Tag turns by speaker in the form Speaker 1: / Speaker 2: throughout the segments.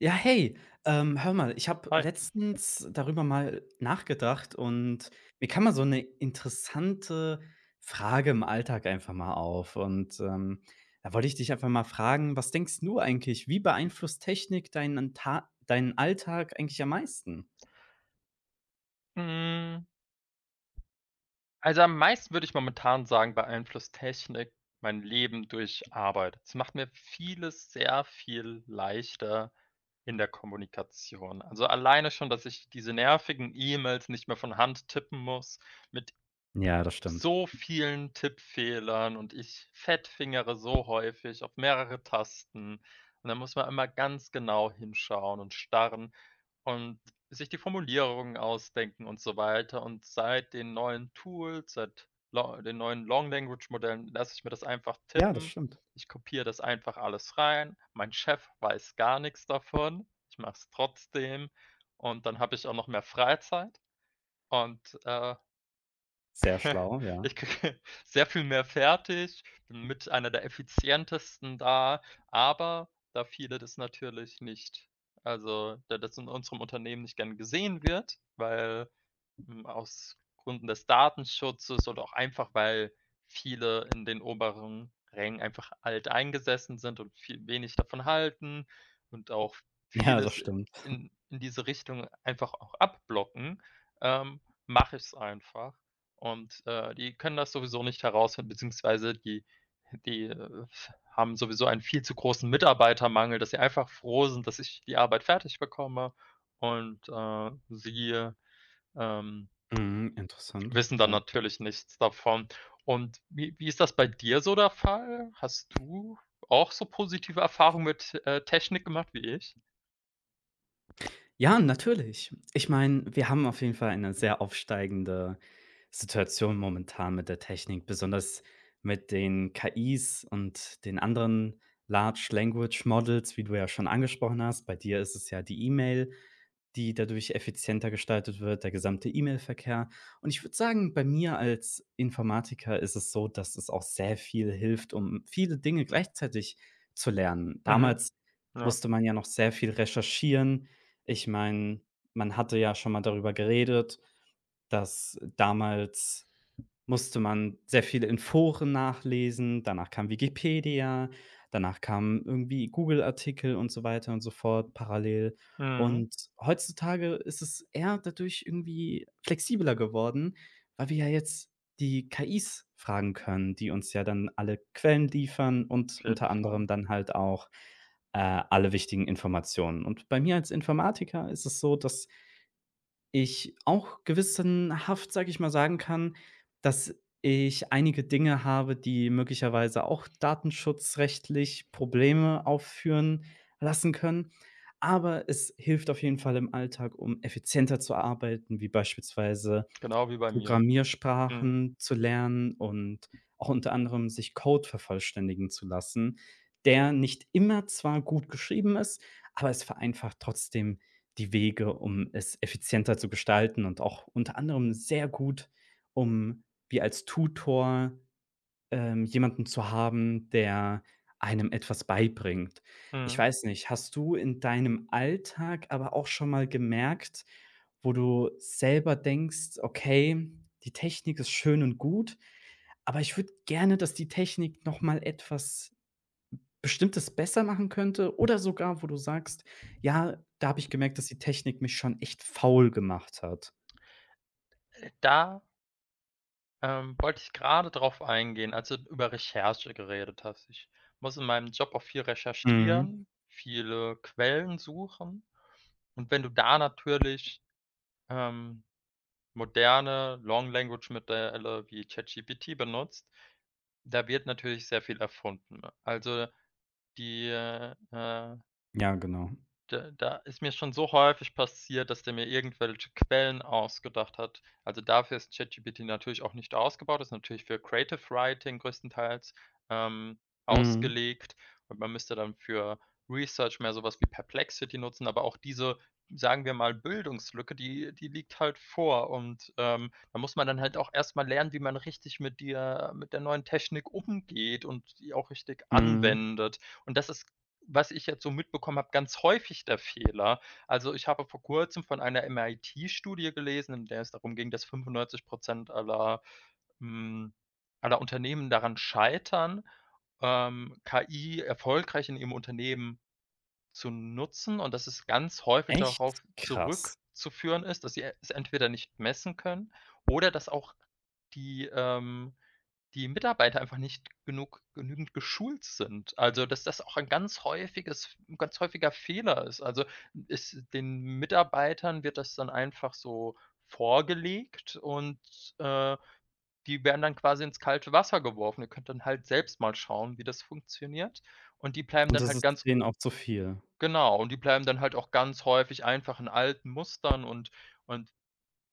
Speaker 1: Ja, hey, hör mal, ich habe
Speaker 2: Hi.
Speaker 1: letztens darüber mal nachgedacht und mir kam mal so eine interessante Frage im Alltag einfach mal auf. Und da wollte ich dich einfach mal fragen, was denkst du eigentlich, wie beeinflusst Technik deinen Alltag eigentlich am meisten?
Speaker 2: Hm, also, am meisten würde ich momentan sagen, beeinflusst Technik mein Leben durch Arbeit. Es macht mir vieles sehr viel leichter in der Kommunikation. Also, alleine schon, dass ich diese nervigen E-Mails nicht mehr von Hand tippen muss mit
Speaker 1: Ja, das stimmt.
Speaker 2: so vielen Tippfehlern, und ich fettfingere so häufig auf mehrere Tasten und dann muss man immer ganz genau hinschauen und starren. Und sich die Formulierungen ausdenken und so weiter. Und seit den neuen Tools, seit Lo den neuen Long Language Modellen lasse ich mir das einfach
Speaker 1: Ja, das
Speaker 2: tippen.
Speaker 1: stimmt.
Speaker 2: Ich kopiere das einfach alles rein. Mein Chef weiß gar nichts davon. Ich mache es trotzdem und dann habe ich auch noch mehr Freizeit und
Speaker 1: Sehr schlau, ja.
Speaker 2: ich kriege sehr viel mehr fertig, bin mit einer der effizientesten da, aber da viele das natürlich nicht, also, da das in unserem Unternehmen nicht gern gesehen wird, weil, aus Gründen des Datenschutzes oder auch einfach, weil viele in den oberen Rängen einfach alt eingesessen sind und viel wenig davon halten und auch
Speaker 1: Ja, das
Speaker 2: vieles
Speaker 1: stimmt.
Speaker 2: in diese Richtung einfach auch abblocken, mache ich es einfach. Und, die können das sowieso nicht herausfinden, beziehungsweise die haben sowieso einen viel zu großen Mitarbeitermangel, dass sie einfach froh sind, dass ich die Arbeit fertig bekomme und, sie, ähm
Speaker 1: Mhm, interessant,
Speaker 2: wissen dann
Speaker 1: ja.
Speaker 2: natürlich nichts davon. Und wie ist das bei dir so der Fall? Hast du auch so positive Erfahrungen mit, Technik gemacht wie ich?
Speaker 1: Ja, natürlich. Ich meine, wir haben auf jeden Fall eine sehr aufsteigende Situation momentan mit der Technik, besonders mit den KIs und den anderen Large Language Models, wie du ja schon angesprochen hast. Bei dir ist es ja die E-Mail, die dadurch effizienter gestaltet wird, der gesamte E-Mail-Verkehr. Und ich würde sagen, bei mir als Informatiker ist es so, dass es auch sehr viel hilft, um viele Dinge gleichzeitig zu lernen.
Speaker 2: Mhm,
Speaker 1: Damals
Speaker 2: ja.
Speaker 1: musste man ja noch sehr viel recherchieren, ich meine, man hatte ja schon mal darüber geredet, dass damals musste man sehr viel in Foren nachlesen, danach kam Wikipedia, danach kamen irgendwie Google-Artikel und so weiter und so fort parallel.
Speaker 2: Mhm,
Speaker 1: Und heutzutage ist es eher dadurch irgendwie flexibler geworden, weil wir ja jetzt die KIs fragen können, die uns ja dann alle Quellen liefern und
Speaker 2: auf jeden
Speaker 1: unter anderem
Speaker 2: Fall.
Speaker 1: dann halt auch alle wichtigen Informationen. Und bei mir als Informatiker ist es so, dass ich auch gewissenhaft, sage ich mal, sagen kann, dass ich einige Dinge habe, die möglicherweise auch datenschutzrechtlich Probleme aufführen lassen können. Aber es hilft auf jeden Fall im Alltag, um effizienter zu arbeiten, wie beispielsweise
Speaker 2: Genau wie bei mir. Mhm,
Speaker 1: Programmiersprachen zu lernen und auch unter anderem sich Code vervollständigen zu lassen, der nicht immer zwar gut geschrieben ist, aber es vereinfacht trotzdem die Wege, um es effizienter zu gestalten und auch unter anderem sehr gut, um wie als Tutor jemanden zu haben, der einem etwas beibringt. Ich
Speaker 2: mhm.
Speaker 1: weiß nicht, hast du in deinem Alltag aber auch schon mal gemerkt, wo du selber denkst: „Okay, die Technik ist schön und gut, aber ich würde gerne, dass die Technik noch mal etwas Bestimmtes besser machen könnte“, oder sogar, wo du sagst: „Ja, da habe ich gemerkt, dass die Technik mich schon echt faul gemacht hat?“
Speaker 2: Äh, da, Wollte ich gerade drauf eingehen, als du über Recherche geredet hast. Ich muss in meinem Job auch viel
Speaker 1: Mhm.
Speaker 2: recherchieren, viele Quellen suchen, und wenn du da natürlich, ähm moderne Long Language Modelle wie ChatGPT benutzt, da wird natürlich sehr viel erfunden. Also die, äh
Speaker 1: Ja, genau.
Speaker 2: da ist mir schon so häufig passiert, dass der mir irgendwelche Quellen ausgedacht hat. Also, dafür ist ChatGPT natürlich auch nicht ausgebaut, ist natürlich für Creative Writing größtenteils, ähm,
Speaker 1: Mhm.
Speaker 2: ausgelegt, und man müsste dann für Research mehr sowas wie Perplexity nutzen, aber auch diese, sagen wir mal, Bildungslücke, die liegt halt vor, und, da muss man dann halt auch erst mal lernen, wie man richtig mit der neuen Technik umgeht und die auch richtig
Speaker 1: Mhm.
Speaker 2: anwendet. Und das ist, was ich jetzt so mitbekommen habe, ganz häufig der Fehler. Also, ich habe vor Kurzem von einer MIT-Studie gelesen, in der es darum ging, dass 95 aller, hm aller Unternehmen daran scheitern, KI erfolgreich in ihrem Unternehmen zu nutzen, und dass es ganz häufig
Speaker 1: Echt?
Speaker 2: darauf
Speaker 1: Krass.
Speaker 2: zurückzuführen ist, dass sie es entweder nicht messen können oder dass auch die, ähm die Mitarbeiter einfach nicht genug genügend geschult sind. Also, dass das auch ein ganz häufiges ein ganz häufiger Fehler ist. Also, es, den Mitarbeitern wird das dann einfach so vorgelegt, und, äh, die werden dann quasi ins kalte Wasser geworfen. Ihr könnt dann halt selbst mal schauen, wie das funktioniert. Und die bleiben
Speaker 1: Und
Speaker 2: dann
Speaker 1: das
Speaker 2: halt
Speaker 1: ist
Speaker 2: ganz,
Speaker 1: denen auch zu viel.
Speaker 2: genau, und die bleiben dann halt auch ganz häufig einfach in alten Mustern und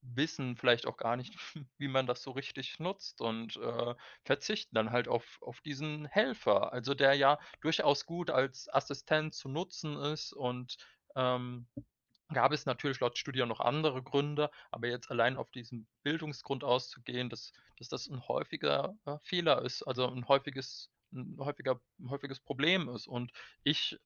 Speaker 2: wissen vielleicht auch gar nicht, wie man das so richtig nutzt, und, verzichten dann halt auf diesen Helfer, also der ja durchaus gut als Assistent zu nutzen ist, und, ähm, gab es natürlich laut Studie noch andere Gründe, aber jetzt allein auf diesen Bildungsgrund auszugehen, dass das ein häufiger, Fehler ist, also ein häufiges ein häufiger 'n häufiges Problem ist, und ich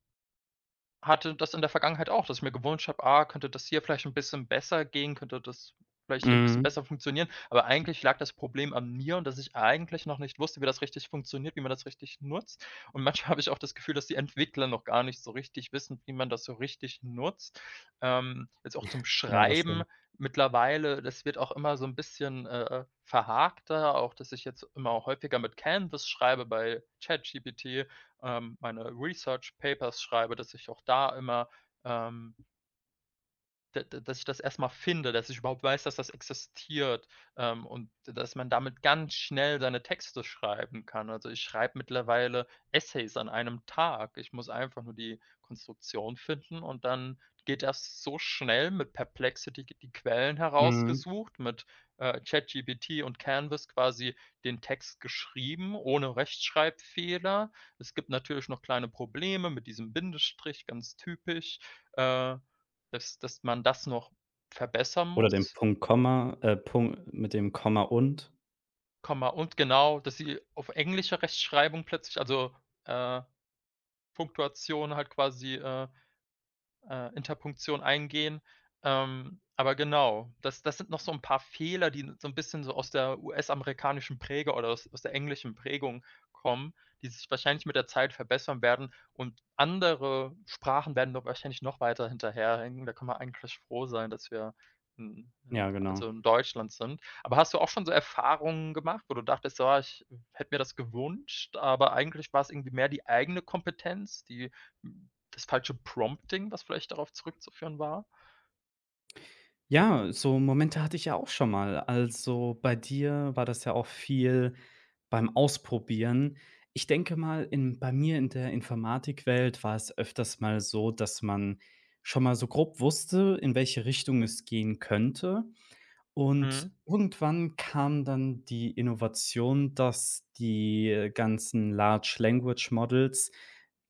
Speaker 2: hatte das in der Vergangenheit auch, dass ich mir gewünscht habe: „Ah, könnte das hier vielleicht ein bisschen besser gehen? Könnte das vielleicht hier 'n bisschen
Speaker 1: Mhm.
Speaker 2: besser funktionieren?“ Aber eigentlich lag das Problem an mir und dass ich eigentlich noch nicht wusste, wie das richtig funktioniert, wie man das richtig nutzt. Und manchmal habe ich auch das Gefühl, dass die Entwickler noch gar nicht so richtig wissen, wie man das so richtig nutzt. Jetzt auch zum
Speaker 1: Ja, das
Speaker 2: Schreiben
Speaker 1: stimmt.
Speaker 2: mittlerweile, das wird auch immer so ein bisschen, verhakter, auch dass ich jetzt immer häufiger mit Canvas schreibe bei ChatGPT, meine Research Papers schreibe, dass ich auch da immer, ähm, da da dass ich das erstmal finde, dass ich überhaupt weiß, dass das existiert, und dass man damit ganz schnell seine Texte schreiben kann. Also, ich schreibe mittlerweile Essays an einem Tag. Ich muss einfach nur die Konstruktion finden, und dann geht das so schnell: mit Perplexity die Quellen
Speaker 1: Mhm.
Speaker 2: herausgesucht, mit, ChatGPT und Canvas quasi den Text geschrieben, ohne Rechtschreibfehler. Es gibt natürlich noch kleine Probleme mit diesem Bindestrich, ganz typisch, äh, dass man das noch verbessern
Speaker 1: Oder den
Speaker 2: muss,
Speaker 1: Punkt Komma, Punkt mit dem Komma und.
Speaker 2: Komma und, genau, dass sie auf englische Rechtschreibung plötzlich, also, äh, Punktuation halt quasi, Interpunktion eingehen. Aber genau, das, das sind noch so ein paar Fehler, die so ein bisschen so aus der US-amerikanischen Präge oder aus der englischen Prägung kommen, die sich wahrscheinlich mit der Zeit verbessern werden, und andere Sprachen werden da wahrscheinlich noch weiter hinterherhängen. Da können wir eigentlich froh sein, dass wir
Speaker 1: Ja, genau.
Speaker 2: in Deutschland sind. Aber hast du auch schon so Erfahrungen gemacht, wo du dachtest: „Ah, ich hätte mir das gewünscht“, aber eigentlich war es irgendwie mehr die eigene Kompetenz, die, das falsche Prompting, was vielleicht darauf zurückzuführen war?
Speaker 1: Ja, so Momente hatte ich ja auch schon mal. Also, bei dir war das ja auch viel beim Ausprobieren. Ich denke mal, in bei mir in der Informatikwelt war es öfters mal so, dass man schon mal so grob wusste, in welche Richtung es gehen könnte. Und
Speaker 2: Mhm.
Speaker 1: irgendwann kam dann die Innovation, dass die ganzen Large Language Models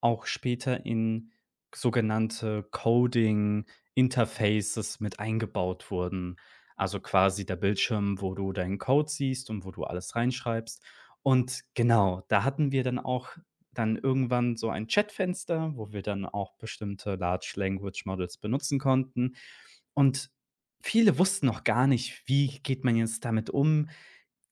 Speaker 1: auch später in sogenannte Coding Interfaces mit eingebaut wurden. Also, quasi der Bildschirm, wo du deinen Code siehst und wo du alles reinschreibst. Und genau, da hatten wir dann auch dann irgendwann so ein Chatfenster, wo wir dann auch bestimmte Large Language Models benutzen konnten. Und viele wussten noch gar nicht, wie geht man jetzt damit um?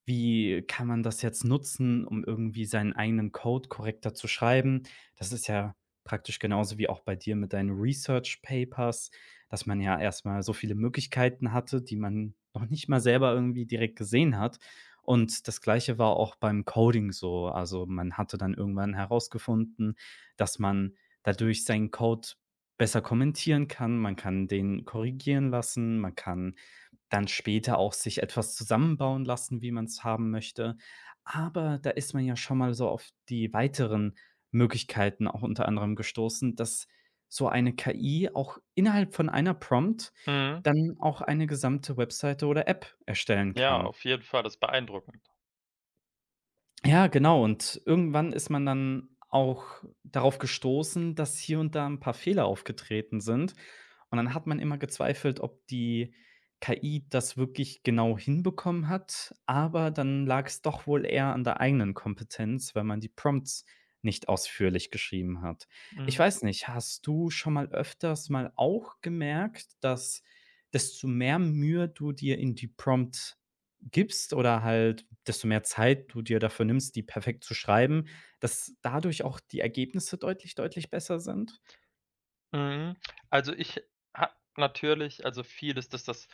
Speaker 1: Wie kann man das jetzt nutzen, um irgendwie seinen eigenen Code korrekter zu schreiben? Das ist ja praktisch genauso wie auch bei dir mit deinen Research Papers, dass man ja erst mal so viele Möglichkeiten hatte, die man noch nicht mal selber irgendwie direkt gesehen hat. Und das Gleiche war auch beim Coding so. Also, man hatte dann irgendwann herausgefunden, dass man dadurch seinen Code besser kommentieren kann. Man kann den korrigieren lassen. Man kann dann später auch sich etwas zusammenbauen lassen, wie man es haben möchte. Aber da ist man ja schon mal so auf die weiteren Möglichkeiten auch unter anderem gestoßen, dass so eine KI auch innerhalb von einer Prompt
Speaker 2: Mhm.
Speaker 1: dann auch eine gesamte Webseite oder App erstellen
Speaker 2: Ja,
Speaker 1: kann.
Speaker 2: auf jeden Fall, das ist beeindruckend.
Speaker 1: Ja, genau. Und irgendwann ist man dann auch darauf gestoßen, dass hier und da ein paar Fehler aufgetreten sind. Und dann hat man immer gezweifelt, ob die KI das wirklich genau hinbekommen hat, aber dann lag es doch wohl eher an der eigenen Kompetenz, weil man die Prompts nicht ausführlich geschrieben hat. Ich
Speaker 2: Mhm.
Speaker 1: weiß nicht, hast du schon mal öfters mal auch gemerkt, dass desto mehr Mühe du dir in die Prompt gibst oder halt desto mehr Zeit du dir dafür nimmst, die perfekt zu schreiben, dass dadurch auch die Ergebnisse deutlich, deutlich besser sind?
Speaker 2: Mhm. Also, ich habe natürlich, also vieles, dass das,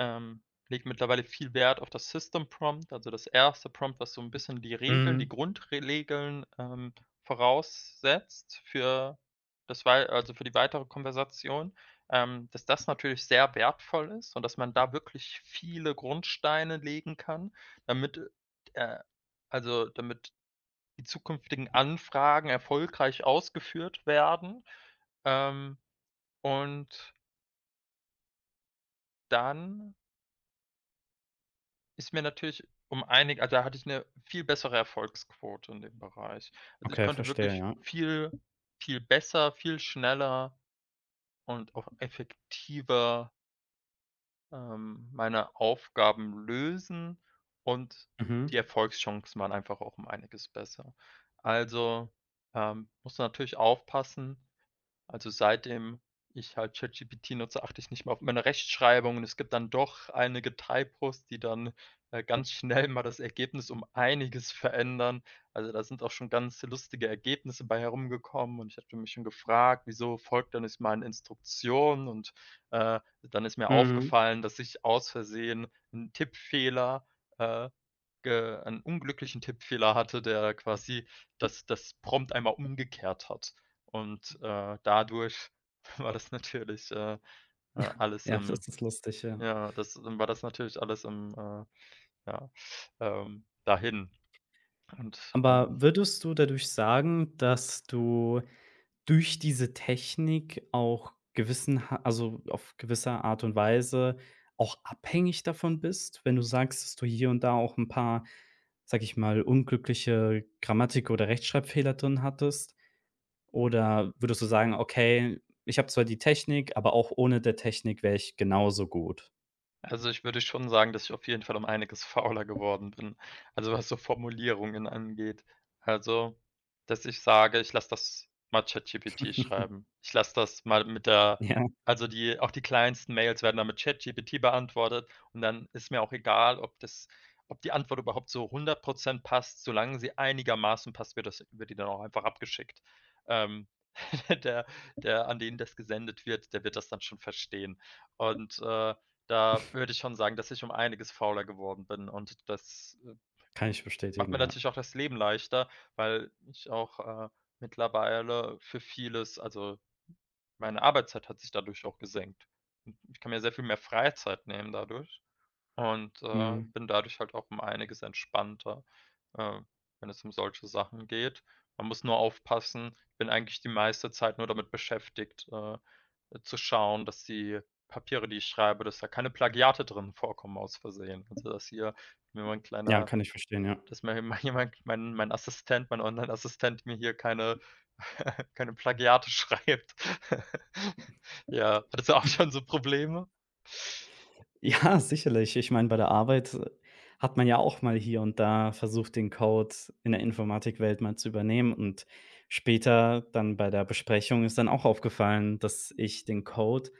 Speaker 2: ähm, lege mittlerweile viel Wert auf das System Prompt, also das erste Prompt, was so ein bisschen die Regeln die
Speaker 1: Mhm.
Speaker 2: Grundregeln, voraussetzt für das wei also für die weitere Konversation, dass das natürlich sehr wertvoll ist und dass man da wirklich viele Grundsteine legen kann, damit, äh also damit die zukünftigen Anfragen erfolgreich ausgeführt werden. Ähm, und dann, ist mir natürlich um einig also, da hatte ich 'ne viel bessere Erfolgsquote in dem Bereich. Also, ich
Speaker 1: Okay,
Speaker 2: konnte
Speaker 1: verstehe,
Speaker 2: wirklich
Speaker 1: ja.
Speaker 2: viel besser, viel schneller und auch effektiver, meine Aufgaben lösen, und
Speaker 1: Mhm.
Speaker 2: die Erfolgschancen waren einfach auch um einiges besser. Also, musst du natürlich aufpassen, also, seitdem ich halt ChatGPT nutze, achte ich nicht mehr auf meine Rechtschreibung, und es gibt dann doch einige Typos, die dann, ganz schnell mal das Ergebnis um einiges verändern. Also, da sind auch schon ganz lustige Ergebnisse bei herumgekommen, und ich hatte mich schon gefragt: „Wieso folgt er nicht meinen Instruktionen?“ Und, dann ist mir
Speaker 1: Mhm.
Speaker 2: aufgefallen, dass ich aus Versehen einen Tippfehler, äh ge einen unglücklichen Tippfehler hatte, der quasi das Prompt einmal umgekehrt hat. Und, dadurch war das natürlich, alles
Speaker 1: Ja,
Speaker 2: im
Speaker 1: das ist lustig, ja.
Speaker 2: ja, das war das natürlich alles im, ja, dahin. Und
Speaker 1: Aber
Speaker 2: dann,
Speaker 1: würdest du dadurch sagen, dass du durch diese Technik auch gewissen ha also, auf gewisse Art und Weise auch abhängig davon bist, wenn du sagst, dass du hier und da auch ein paar, sage ich mal, unglückliche Grammatik oder Rechtschreibfehler drin hattest? Oder würdest du sagen: „Okay, ich habe zwar die Technik, aber auch ohne der Technik wäre ich genauso gut?“
Speaker 2: also, ich würde schon sagen, dass ich auf jeden Fall um einiges fauler geworden bin, also, was so Formulierungen angeht. Also, dass ich sage, ich lasse das mal ChatGPT schreiben. Ich lasse das mal mit der,
Speaker 1: Ja,
Speaker 2: also, die, auch die kleinsten Mails werden dann mit ChatGPT beantwortet, und dann ist mir auch egal, ob die Antwort überhaupt so hundert Prozent passt, solange sie einigermaßen passt, wird die dann auch einfach abgeschickt. Ähm, der der an den das gesendet wird, der wird das dann schon verstehen. Und, da würde ich schon sagen, dass ich um einiges fauler geworden bin, und das,
Speaker 1: kann ich
Speaker 2: macht
Speaker 1: bestätigen,
Speaker 2: mir
Speaker 1: ja.
Speaker 2: natürlich auch das Leben leichter, weil ich auch, äh, mittlerweile für vieles, also, meine Arbeitszeit hat sich dadurch auch gesenkt. Ich kann mir sehr viel mehr Freizeit nehmen dadurch. Und,
Speaker 1: Mhm.
Speaker 2: bin dadurch halt auch um einiges entspannter, äh, wenn es um solche Sachen geht. Man muss nur aufpassen, ich bin eigentlich die meiste Zeit nur damit beschäftigt, zu schauen, dass die Papiere, die ich schreibe, dass da keine Plagiate drin vorkommen aus Versehen. Also, dass hier mir mein
Speaker 1: Ja,
Speaker 2: kleiner
Speaker 1: kann ich verstehen, ja.
Speaker 2: dass mir mal jemand mein Assistent, mein Online-Assistent mir hier keine keine Plagiate schreibt. Ja, hattest du auch schon so Probleme?
Speaker 1: Ja, sicherlich. Ich meine, bei der Arbeit hat man ja auch mal hier und da versucht, den Code in der Informatikwelt mal zu übernehmen und später dann bei der Besprechung ist dann auch aufgefallen, dass ich den Code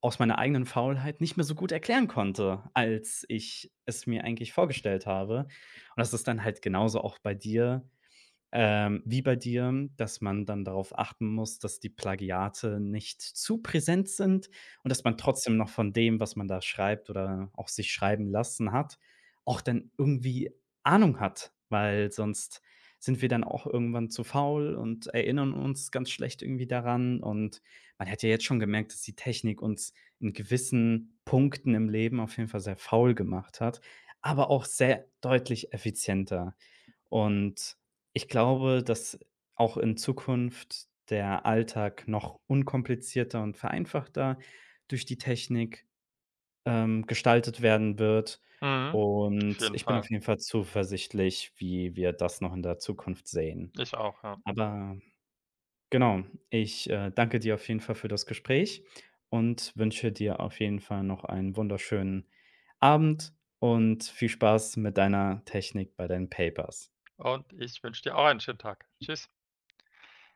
Speaker 1: aus meiner eigenen Faulheit nicht mehr so gut erklären konnte, als ich es mir eigentlich vorgestellt habe. Und das ist dann halt genauso auch wie bei dir, dass man dann darauf achten muss, dass die Plagiate nicht zu präsent sind und dass man trotzdem noch von dem, was man da schreibt oder auch sich schreiben lassen hat, auch dann irgendwie Ahnung hat, weil sonst sind wir dann auch irgendwann zu faul und erinnern uns ganz schlecht irgendwie daran. Und man hat ja jetzt schon gemerkt, dass die Technik uns in gewissen Punkten im Leben auf jeden Fall sehr faul gemacht hat, aber auch sehr deutlich effizienter. Und ich glaube, dass auch in Zukunft der Alltag noch unkomplizierter und vereinfachter durch die Technik gestaltet werden wird.
Speaker 2: Mhm, auf
Speaker 1: Und
Speaker 2: jeden
Speaker 1: ich bin auf
Speaker 2: Fall.
Speaker 1: jeden Fall zuversichtlich, wie wir das noch in der Zukunft sehen.
Speaker 2: Ich auch, ja.
Speaker 1: Aber genau, ich danke dir auf jeden Fall für das Gespräch und wünsche dir auf jeden Fall noch einen wunderschönen Abend und viel Spaß mit deiner Technik bei deinen Papers.
Speaker 2: Und ich wünsche dir auch einen schönen Tag. Tschüss.